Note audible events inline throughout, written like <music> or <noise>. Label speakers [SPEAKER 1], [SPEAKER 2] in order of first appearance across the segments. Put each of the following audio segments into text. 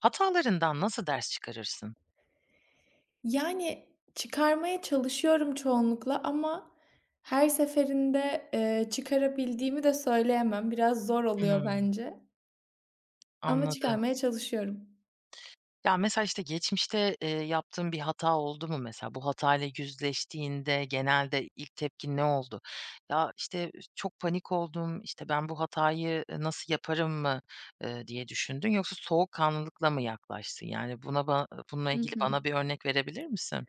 [SPEAKER 1] Hatalarından nasıl ders çıkarırsın?
[SPEAKER 2] Yani, çıkarmaya çalışıyorum çoğunlukla ama her seferinde, çıkarabildiğimi de söyleyemem. Biraz zor oluyor
[SPEAKER 1] Hımm,
[SPEAKER 2] bence ama
[SPEAKER 1] anladım.
[SPEAKER 2] çıkarmaya çalışıyorum.
[SPEAKER 1] Ya, mesela, işte, geçmişte, yaptığın bir hata oldu mu mesela? Bu hatayla yüzleştiğinde genelde ilk tepkin ne oldu? "Ya, işte, çok panik oldum, işte, ben bu hatayı, nasıl yaparım mı?" Diye düşündün yoksa soğukkanlılıkla mı yaklaştın? Yani, buna ba bununla
[SPEAKER 2] Hı
[SPEAKER 1] ilgili
[SPEAKER 2] hı.
[SPEAKER 1] bana bir örnek verebilir misin?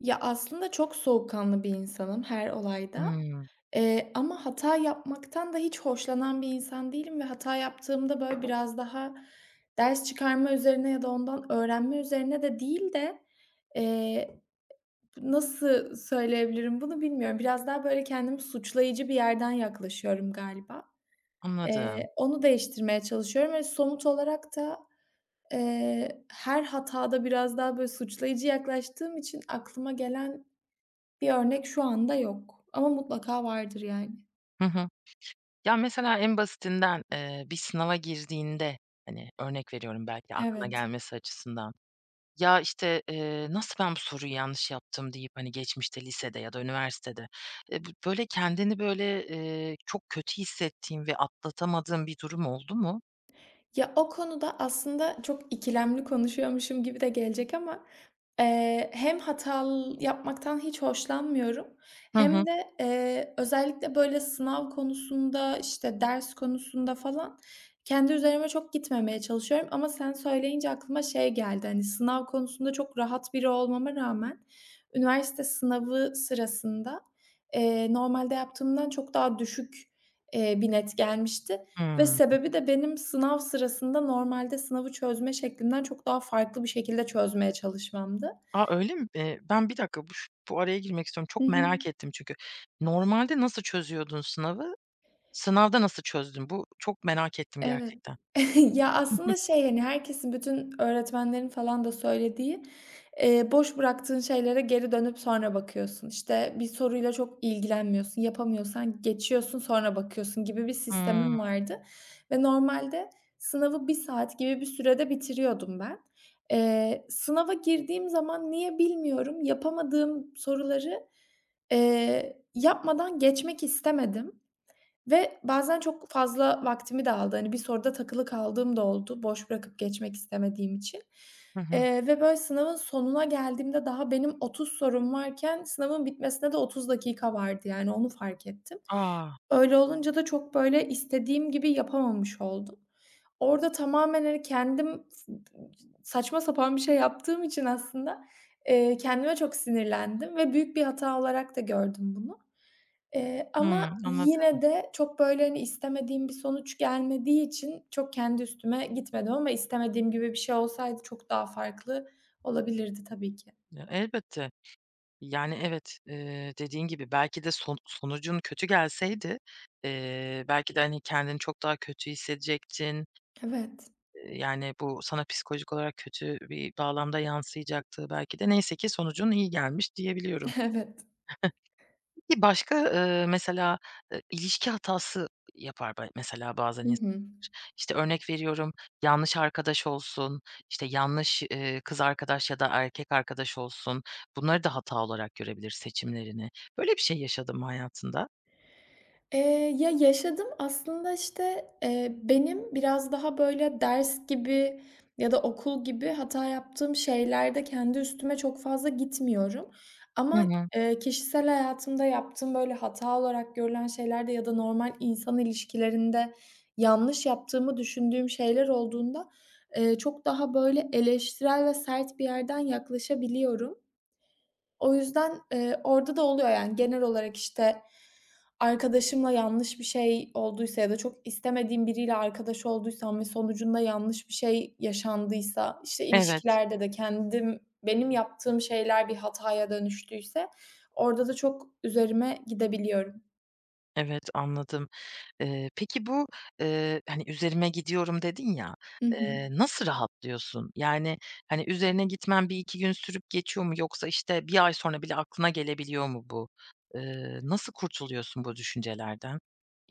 [SPEAKER 2] Ya, aslında çok soğukkanlı bir insanım her olayda,
[SPEAKER 1] Hımm,
[SPEAKER 2] ama hata yapmaktan da hiç hoşlanan bir insan değilim ve hata yaptığımda, böyle, biraz daha ders çıkarma üzerine ya da ondan öğrenme üzerine de değil de, eee Nasıl söyleyebilirim bunu bilmiyorum. Biraz daha böyle kendimi suçlayıcı bir yerden yaklaşıyorum galiba.
[SPEAKER 1] anladım.
[SPEAKER 2] Onu değiştirmeye çalışıyorum ve somut olarak da, her hatada biraz daha böyle suçlayıcı yaklaştığım için aklıma gelen bir örnek şu anda yok ama mutlaka vardır yani.
[SPEAKER 1] Hı hı. Ya, mesela en basitinden, bir sınava girdiğinde, hani, örnek veriyorum belki aklına
[SPEAKER 2] Evet.
[SPEAKER 1] gelmesi açısından, "Ya, işte, nasıl ben bu soruyu yanlış yaptım?" deyip, hani, geçmişte lisede ya da üniversitede, bö böyle kendini böyle, çok kötü hissettiğin ve atlatamadığın bir durum oldu mu?
[SPEAKER 2] Ya, o konuda aslında çok ikilemli konuşuyormuşum gibi de gelecek ama, hem hatal yapmaktan hiç hoşlanmıyorum
[SPEAKER 1] Hı hı.
[SPEAKER 2] hem de, özellikle böyle sınav konusunda, işte, ders konusunda falan kendi üzerime çok gitmemeye çalışıyorum ama sen söyleyince aklıma şey geldi, hani, sınav konusunda çok rahat biri olmama rağmen üniversite sınavı sırasında, normalde yaptığımdan çok daha düşük, bir net gelmişti ve
[SPEAKER 1] Hımm.
[SPEAKER 2] sebebi de benim sınav sırasında normalde sınavı çözme şeklimden çok daha farklı bir şekilde çözmeye çalışmamdı.
[SPEAKER 1] A, öyle mi? Ben bir dakika, bu araya girmek istiyorum.
[SPEAKER 2] Hı
[SPEAKER 1] Çok
[SPEAKER 2] hı.
[SPEAKER 1] merak ettim çünkü. Normalde nasıl çözüyordun sınavı? Sınavda nasıl çözdün? Bu çok merak ettim
[SPEAKER 2] Evet.
[SPEAKER 1] gerçekten.
[SPEAKER 2] <laughs> Ya,
[SPEAKER 1] <laughs> Hı hı.
[SPEAKER 2] aslında şey, hani, herkesin, bütün öğretmenlerin falan da söylediği, boş bıraktığın şeylere geri dönüp sonra bakıyorsun. İşte, bir soruyla çok ilgilenmiyorsun, yapamıyorsan geçiyorsun, sonra bakıyorsun gibi bir sistemim vardı ve normalde sınavı 1 saat gibi bir sürede bitiriyordum ben. Sınava girdiğim zaman niye bilmiyorum, yapamadığım soruları, yapmadan geçmek istemedim. Ve bazen çok fazla vaktimi de aldı. Hani, bir soruda takılı kaldığım da oldu boş bırakıp geçmek istemediğim için.
[SPEAKER 1] Hı hı.
[SPEAKER 2] Ve böyle sınavın sonuna geldiğimde daha benim 30 sorum varken sınavın bitmesine de 30 dakika vardı, yani, onu fark ettim.
[SPEAKER 1] A!
[SPEAKER 2] Öyle olunca da çok böyle istediğim gibi yapamamış oldum. Orada tamamen, hani, kendim saçma sapan bir şey yaptığım için aslında, kendime çok sinirlendim ve büyük bir hata olarak da gördüm bunu. Ama
[SPEAKER 1] Hımm, anladım.
[SPEAKER 2] yine de çok, böyle, hani, istemediğim bir sonuç gelmediği için çok kendi üstüme gitmedim ama istemediğim gibi bir şey olsaydı çok daha farklı olabilirdi tabii ki.
[SPEAKER 1] Ya, elbette. Yani, evet, dediğin gibi belki de son sonucun kötü gelseydi, belki de, hani, kendini çok daha kötü hissedecektin.
[SPEAKER 2] Evet,
[SPEAKER 1] Yani, bu sana psikolojik olarak kötü bir bağlamda yansıyacaktı belki de. Neyse ki sonucun iyi gelmiş diyebiliyorum.
[SPEAKER 2] <laughs> evet.
[SPEAKER 1] Bir başka, mesela, ilişki hatası yapar mesela bazen
[SPEAKER 2] Hı
[SPEAKER 1] insanlar.
[SPEAKER 2] hı.
[SPEAKER 1] İşte, örnek veriyorum, yanlış arkadaş olsun, işte, yanlış, kız arkadaş ya da erkek arkadaş olsun. Bunları da hata olarak görebilir seçimlerini. Böyle bir şey yaşadım hayatında?
[SPEAKER 2] Ya, yaşadım. Aslında, işte, benim biraz daha, böyle, ders gibi ya da okul gibi hata yaptığım şeylerde kendi üstüme çok fazla gitmiyorum
[SPEAKER 1] Hı
[SPEAKER 2] ama,
[SPEAKER 1] hı.
[SPEAKER 2] kişisel hayatımda yaptığım, böyle, hata olarak görülen şeylerde ya da normal insan ilişkilerinde yanlış yaptığımı düşündüğüm şeyler olduğunda, çok daha, böyle, eleştirel ve sert bir yerden yaklaşabiliyorum. O yüzden, orada da oluyor yani genel olarak, işte, arkadaşımla yanlış bir şey olduysa ya da çok istemediğim biriyle arkadaş olduysam ve sonucunda yanlış bir şey yaşandıysa, işte,
[SPEAKER 1] Evet,
[SPEAKER 2] ilişkilerde de kendim benim yaptığım şeyler bir hataya dönüştüyse orada da çok üzerime gidebiliyorum.
[SPEAKER 1] evet, anladım. Peki bu, hani, "Üzerime gidiyorum." dedin ya,
[SPEAKER 2] Hı hı.
[SPEAKER 1] nasıl rahatlıyorsun? Yani, hani, üzerine gitmen bir iki gün sürüp geçiyor mu yoksa, işte, bir ay sonra bile aklına gelebiliyor mu bu? Nasıl kurtuluyorsun bu düşüncelerden?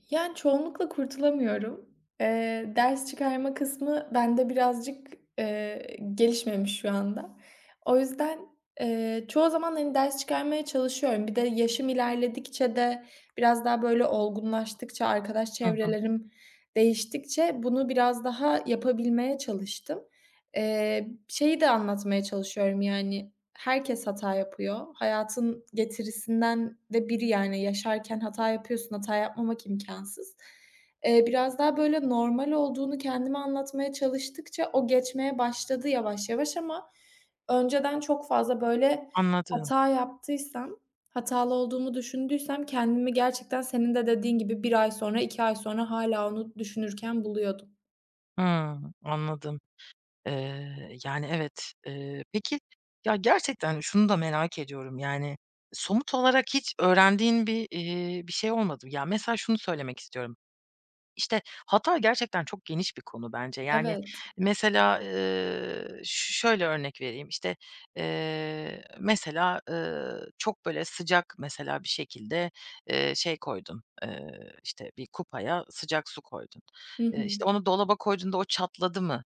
[SPEAKER 2] Yani, çoğunlukla kurtulamıyorum. Ders çıkarma kısmı bende birazcık, gelişmemiş şu anda. O yüzden, çoğu zaman, hani, ders çıkarmaya çalışıyorum. Bir de yaşım ilerledikçe de biraz daha, böyle, olgunlaştıkça, arkadaş
[SPEAKER 1] Hı hı,
[SPEAKER 2] çevrelerim değiştikçe bunu biraz daha yapabilmeye çalıştım. Şeyi de anlatmaya çalışıyorum, yani. Herkes hata yapıyor. Hayatın getirisinden de biri yani yaşarken hata yapıyorsun, hata yapmamak imkansız. Biraz daha böyle normal olduğunu kendime anlatmaya çalıştıkça o geçmeye başladı yavaş yavaş ama önceden çok fazla böyle
[SPEAKER 1] anladım.
[SPEAKER 2] hata yaptıysam, hatalı olduğumu düşündüysem kendimi gerçekten senin de dediğin gibi 1 ay sonra, 2 ay sonra hâlâ onu düşünürken buluyordum.
[SPEAKER 1] Hımm, anladım. Yani, evet. Peki, ya, gerçekten şunu da merak ediyorum, yani, somut olarak hiç öğrendiğin bir şey olmadı mı? Ya, mesela şunu söylemek istiyorum. İşte, hata gerçekten çok geniş bir konu bence. Yani,
[SPEAKER 2] Evet.
[SPEAKER 1] mesela, ş şöyle örnek vereyim. İşte, mesela, çok böyle sıcak mesela bir şekilde, şey koydun, işte, bir kupaya sıcak su koydun.
[SPEAKER 2] Hı hı.
[SPEAKER 1] İşte, onu dolaba koyduğunda o çatladı mı?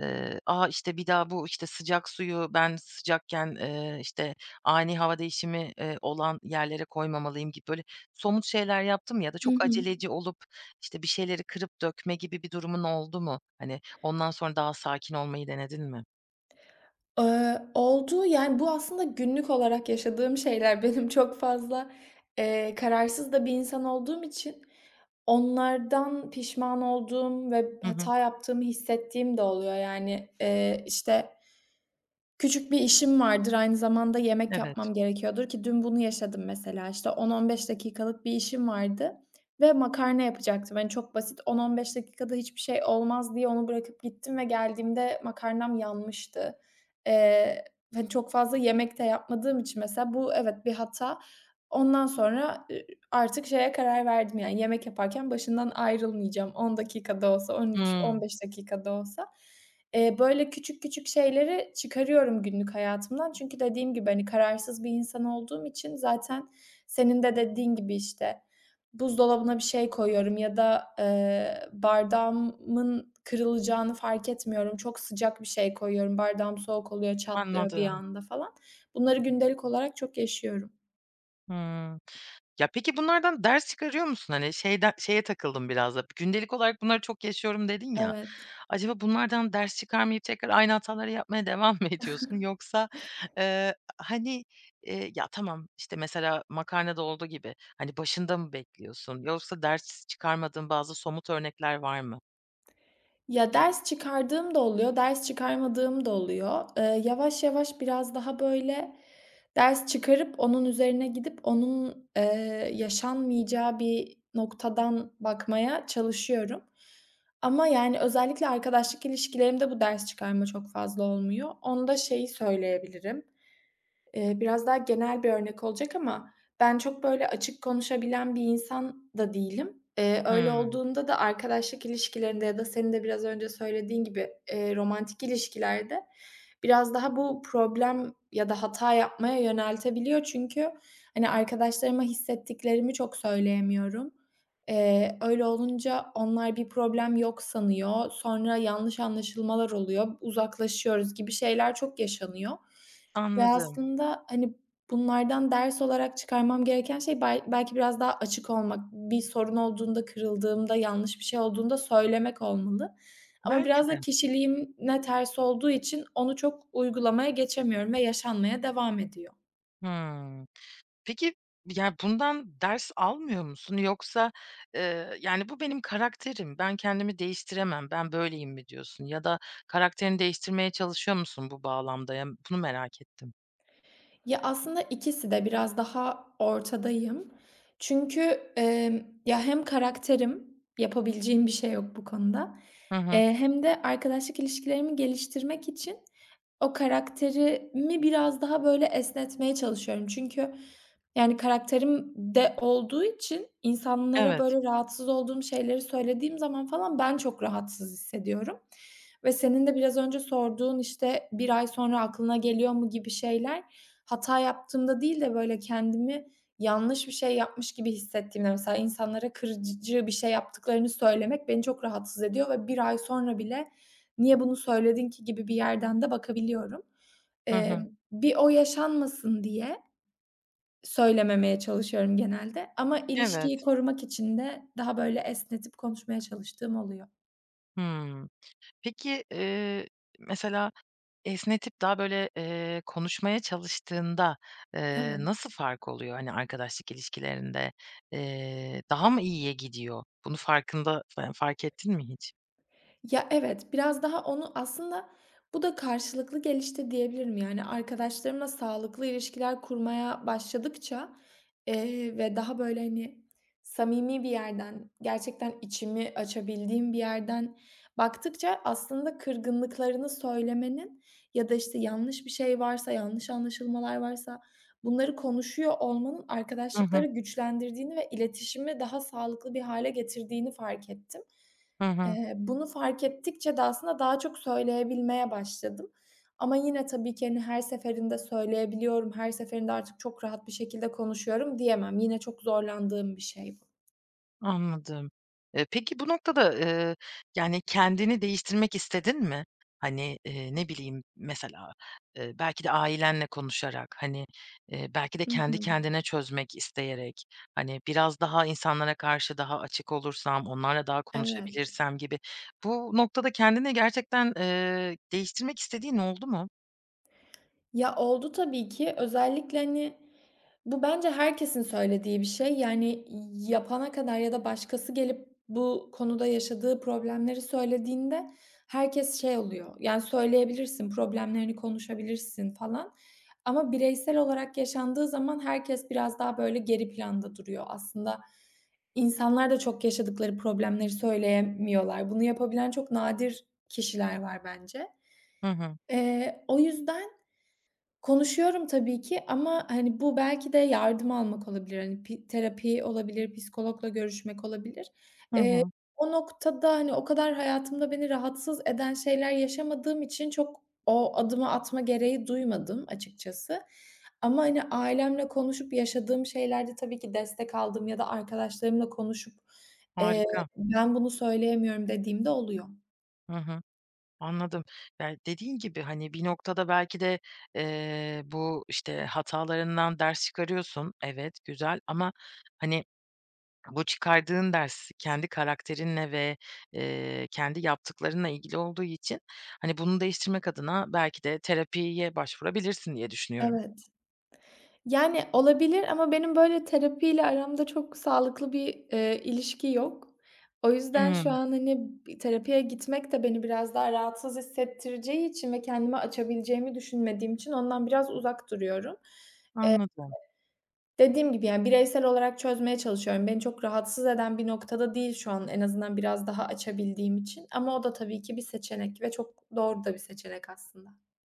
[SPEAKER 1] A, işte, bir daha bu, işte, sıcak suyu ben sıcakken, işte, ani hava değişimi, olan yerlere koymamalıyım gibi böyle somut şeyler yaptım ya da
[SPEAKER 2] Hı
[SPEAKER 1] çok
[SPEAKER 2] hı.
[SPEAKER 1] aceleci olup, işte, bir şeyleri kırıp dökme gibi bir durumun oldu mu? Hani, ondan sonra daha sakin olmayı denedin mi?
[SPEAKER 2] Oldu. Yani, bu aslında günlük olarak yaşadığım şeyler. <laughs> Benim çok fazla, kararsız da bir insan olduğum için onlardan pişman olduğum ve
[SPEAKER 1] Hı hı.
[SPEAKER 2] hata yaptığımı hissettiğim de oluyor. Yani, işte, küçük bir işim vardır, aynı zamanda yemek
[SPEAKER 1] Evet.
[SPEAKER 2] yapmam gerekiyordur ki dün bunu yaşadım mesela. İşte 10-15 dakikalık bir işim vardı ve makarna yapacaktım. Hani çok basit 10-15 dakikada hiçbir şey olmaz diye onu bırakıp gittim ve geldiğimde makarnam yanmıştı. Eee, Hani çok fazla yemek de yapmadığım için mesela bu evet bir hata. Ondan sonra, artık şeye karar verdim, yani yemek yaparken başından ayrılmayacağım. 10 dakikada da olsa,
[SPEAKER 1] Hımm.
[SPEAKER 2] 13-15 dakika da olsa. Böyle küçük küçük şeyleri çıkarıyorum günlük hayatımdan. Çünkü dediğim gibi, hani, kararsız bir insan olduğum için zaten senin de dediğin gibi, işte, buzdolabına bir şey koyuyorum ya da, bardağımın kırılacağını fark etmiyorum. Çok sıcak bir şey koyuyorum, bardağım soğuk oluyor, çatlıyor bir
[SPEAKER 1] Anladım.
[SPEAKER 2] anda falan. Bunları gündelik olarak çok yaşıyorum.
[SPEAKER 1] Hımm. Ya, peki bunlardan ders çıkarıyor musun? Hani, şeyden şeye takıldım biraz da, gündelik olarak bunları çok yaşıyorum dedin ya.
[SPEAKER 2] Evet.
[SPEAKER 1] Acaba bunlardan ders çıkarmayıp tekrar aynı hataları yapmaya <laughs> devam mı ediyorsun? Yoksa, eee, hani, ya, tamam, işte, mesela makarnada olduğu gibi, hani, başında mı bekliyorsun? Yoksa ders çıkarmadığın bazı somut örnekler var mı?
[SPEAKER 2] Ya, ders çıkardığım da oluyor, ders çıkarmadığım da oluyor. Yavaş yavaş biraz daha, böyle, ders çıkarıp onun üzerine gidip onun, yaşanmayacağı bir noktadan bakmaya çalışıyorum. Ama, yani, özellikle arkadaşlık ilişkilerimde bu ders çıkarma çok fazla olmuyor. Onda şeyi söyleyebilirim. Biraz daha genel bir örnek olacak ama ben çok böyle açık konuşabilen bir insan da değilim. Öyle
[SPEAKER 1] Hımm,
[SPEAKER 2] olduğunda da arkadaşlık ilişkilerinde ya da senin de biraz önce söylediğin gibi, romantik ilişkilerde biraz daha bu problem ya da hata yapmaya yöneltebiliyor. Çünkü, hani, arkadaşlarıma hissettiklerimi çok söyleyemiyorum. Öyle olunca onlar bir problem yok sanıyor. Sonra yanlış anlaşılmalar oluyor, uzaklaşıyoruz gibi şeyler çok yaşanıyor. Ve
[SPEAKER 1] anladım.
[SPEAKER 2] aslında, hani, bunlardan ders olarak çıkarmam gereken şey bel belki biraz daha açık olmak, bir sorun olduğunda, kırıldığımda, yanlış bir şey olduğunda söylemek olmalı. Ama
[SPEAKER 1] Belki
[SPEAKER 2] biraz
[SPEAKER 1] de.
[SPEAKER 2] da kişiliğime ters olduğu için onu çok uygulamaya geçemiyorum ve yaşanmaya devam ediyor.
[SPEAKER 1] Hımm. Peki, yani bundan ders almıyor musun yoksa, yani, "Bu benim karakterim, ben kendimi değiştiremem, ben böyleyim." mi diyorsun ya da karakterini değiştirmeye çalışıyor musun bu bağlamda? Ya, bunu merak ettim.
[SPEAKER 2] Ya, aslında ikisi de biraz daha ortadayım. Çünkü, emm, ya, hem karakterim, yapabileceğim bir şey yok bu konuda,
[SPEAKER 1] Hı hı.
[SPEAKER 2] hem de arkadaşlık ilişkilerimi geliştirmek için o karakterimi biraz daha, böyle, esnetmeye çalışıyorum. Çünkü, yani, karakterim de olduğu için insanlara,
[SPEAKER 1] Evet.
[SPEAKER 2] böyle, rahatsız olduğum şeyleri söylediğim zaman falan ben çok rahatsız hissediyorum. Ve senin de biraz önce sorduğun, işte, bir ay sonra aklına geliyor mu gibi şeyler, hata yaptığımda değil de böyle kendimi yanlış bir şey yapmış gibi hissettiğimde, mesela insanlara kırıcı bir şey yaptıklarını söylemek beni çok rahatsız ediyor ve bir ay sonra bile "Niye bunu söyledin ki?" gibi bir yerden de bakabiliyorum.
[SPEAKER 1] Hı hı.
[SPEAKER 2] Bir o yaşanmasın diye söylememeye çalışıyorum genelde ama ilişkiyi
[SPEAKER 1] Evet.
[SPEAKER 2] korumak için de daha böyle esnetip konuşmaya çalıştığım oluyor.
[SPEAKER 1] Hımm. Peki, mesela esnetip daha, böyle, konuşmaya çalıştığında,
[SPEAKER 2] Evet.
[SPEAKER 1] nasıl fark oluyor, hani, arkadaşlık ilişkilerinde? Daha mı iyiye gidiyor? Bunu farkında fark ettin mi hiç?
[SPEAKER 2] Ya, evet, biraz daha onu aslında bu da karşılıklı gelişti diyebilirim. Yani, arkadaşlarımla sağlıklı ilişkiler kurmaya başladıkça, ve daha, böyle, hani, samimi bir yerden, gerçekten içimi açabildiğim bir yerden baktıkça aslında kırgınlıklarını söylemenin ya da, işte, yanlış bir şey varsa, yanlış anlaşılmalar varsa bunları konuşuyor olmanın
[SPEAKER 1] Hı hı.
[SPEAKER 2] arkadaşlıkları güçlendirdiğini ve iletişimi daha sağlıklı bir hale getirdiğini fark ettim.
[SPEAKER 1] Hı hı,
[SPEAKER 2] Bunu fark ettikçe de aslında daha çok söyleyebilmeye başladım. Ama yine tabii ki, hani, her seferinde söyleyebiliyorum, her seferinde artık çok rahat bir şekilde konuşuyorum diyemem. Yine çok zorlandığım bir şey bu.
[SPEAKER 1] anladım. Peki bu noktada, yani, kendini değiştirmek istedin mi? Hani, ne bileyim, mesela, belki de ailenle konuşarak, hani, belki de
[SPEAKER 2] Hı
[SPEAKER 1] kendi
[SPEAKER 2] hı.
[SPEAKER 1] kendine çözmek isteyerek, hani, biraz daha insanlara karşı daha açık olursam, onlarla daha
[SPEAKER 2] Evet.
[SPEAKER 1] konuşabilirsem gibi. Bu noktada kendini gerçekten, değiştirmek istediğin oldu mu?
[SPEAKER 2] Ya, oldu tabii ki. Özellikle, hani, bu bence herkesin söylediği bir şey. Yani, yapana kadar ya da başkası gelip bu konuda yaşadığı problemleri söylediğinde herkes şey oluyor, yani, söyleyebilirsin, problemlerini konuşabilirsin falan ama bireysel olarak yaşandığı zaman herkes biraz daha, böyle, geri planda duruyor. Aslında insanlar da çok yaşadıkları problemleri söyleyemiyorlar. Bunu yapabilen çok nadir kişiler var bence.
[SPEAKER 1] Hı hı.
[SPEAKER 2] O yüzden konuşuyorum tabii ki ama, hani, bu belki de yardım almak olabilir. Hani, pi terapi olabilir, psikologla görüşmek olabilir.
[SPEAKER 1] Hı
[SPEAKER 2] Eee,
[SPEAKER 1] hı.
[SPEAKER 2] O noktada, hani, o kadar hayatımda beni rahatsız eden şeyler yaşamadığım için çok o adımı atma gereği duymadım açıkçası. Ama, hani, ailemle konuşup yaşadığım şeylerde tabii ki destek aldım ya da arkadaşlarımla konuşup, eee,
[SPEAKER 1] Harika.
[SPEAKER 2] "Ben bunu söyleyemiyorum." dediğimde oluyor.
[SPEAKER 1] Hı hı. Anladım. Yani, dediğin gibi, hani, bir noktada belki de, bu, işte, hatalarından ders çıkarıyorsun. Evet, güzel ama, hani, bu çıkardığın ders kendi karakterinle ve, kendi yaptıklarınla ilgili olduğu için, hani, bunu değiştirmek adına belki de terapiye başvurabilirsin diye düşünüyorum.
[SPEAKER 2] Evet. Yani, olabilir ama benim böyle terapiyle aramda çok sağlıklı bir, ilişki yok. O yüzden şu
[SPEAKER 1] Hımm,
[SPEAKER 2] an, hani, bi terapiye gitmek de beni biraz daha rahatsız hissettireceği için ve kendimi açabileceğimi düşünmediğim için ondan biraz uzak duruyorum.
[SPEAKER 1] anladım.
[SPEAKER 2] Dediğim gibi, yani, bireysel olarak çözmeye çalışıyorum. Beni çok rahatsız eden bir noktada değil şu an en azından biraz daha açabildiğim için ama o da tabii ki bir seçenek ve çok doğru da bir seçenek aslında.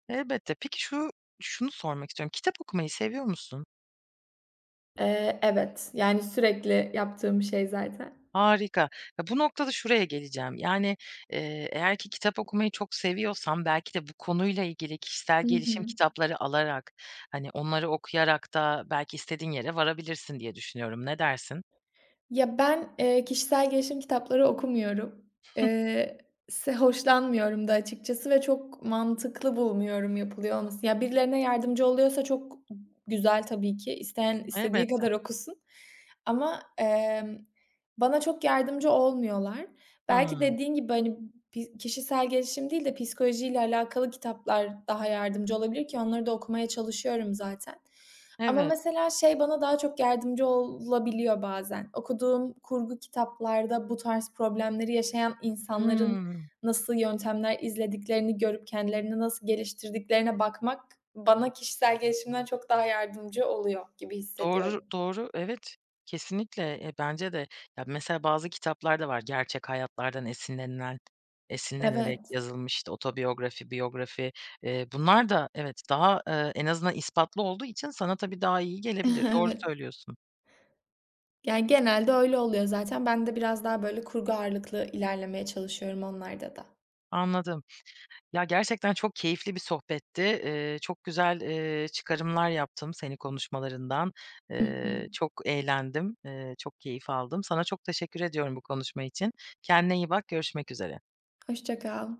[SPEAKER 1] Elbette. Peki şunu sormak istiyorum. Kitap okumayı seviyor musun?
[SPEAKER 2] Evet, yani, sürekli yaptığım bir şey zaten.
[SPEAKER 1] Harika. Ya, bu noktada şuraya geleceğim. Yani, eğer ki kitap okumayı çok seviyorsam belki de bu konuyla ilgili kişisel
[SPEAKER 2] Hı
[SPEAKER 1] gelişim
[SPEAKER 2] hı.
[SPEAKER 1] kitapları alarak, hani, onları okuyarak da belki istediğin yere varabilirsin diye düşünüyorum. Ne dersin?
[SPEAKER 2] Ya, ben, kişisel gelişim kitapları okumuyorum. Eee, Se hoşlanmıyorum da açıkçası ve çok mantıklı bulmuyorum yapılıyor olması. Ya, birilerine yardımcı oluyorsa çok güzel tabii ki. İsteyen istediği
[SPEAKER 1] Elbette.
[SPEAKER 2] kadar okusun ama, bana çok yardımcı olmuyorlar. Belki
[SPEAKER 1] Hımm.
[SPEAKER 2] dediğin gibi, hani, pi kişisel gelişim değil de psikolojiyle alakalı kitaplar daha yardımcı olabilir ki onları da okumaya çalışıyorum zaten. Ama
[SPEAKER 1] Evet.
[SPEAKER 2] mesela şey bana daha çok yardımcı olabiliyor bazen. Okuduğum kurgu kitaplarda bu tarz problemleri yaşayan insanların
[SPEAKER 1] Hımm.
[SPEAKER 2] nasıl yöntemler izlediklerini görüp kendilerini nasıl geliştirdiklerine bakmak bana kişisel gelişimden çok daha yardımcı oluyor gibi
[SPEAKER 1] Doğru,
[SPEAKER 2] hissediyorum.
[SPEAKER 1] doğru. Evet, kesinlikle. Bence de. Ya, mesela bazı kitaplar da var gerçek hayatlardan esinlenerek
[SPEAKER 2] Evet.
[SPEAKER 1] yazılmış, işte, otobiyografi, biyografi. Bunlar da evet, daha, en azından ispatlı olduğu için sana tabii daha iyi
[SPEAKER 2] <laughs>
[SPEAKER 1] gelebilir. Doğru
[SPEAKER 2] Evet.
[SPEAKER 1] söylüyorsun.
[SPEAKER 2] Yani genelde öyle oluyor zaten. Ben de biraz daha böyle kurgu ağırlıklı ilerlemeye çalışıyorum onlarda da.
[SPEAKER 1] Anladım. Ya, gerçekten çok keyifli bir sohbetti. Çok güzel, çıkarımlar yaptım seni konuşmalarından.
[SPEAKER 2] Hı hı.
[SPEAKER 1] Çok eğlendim, çok keyif aldım. Sana çok teşekkür ediyorum bu konuşma için. Kendine iyi bak, görüşmek üzere.
[SPEAKER 2] Hoşça kal.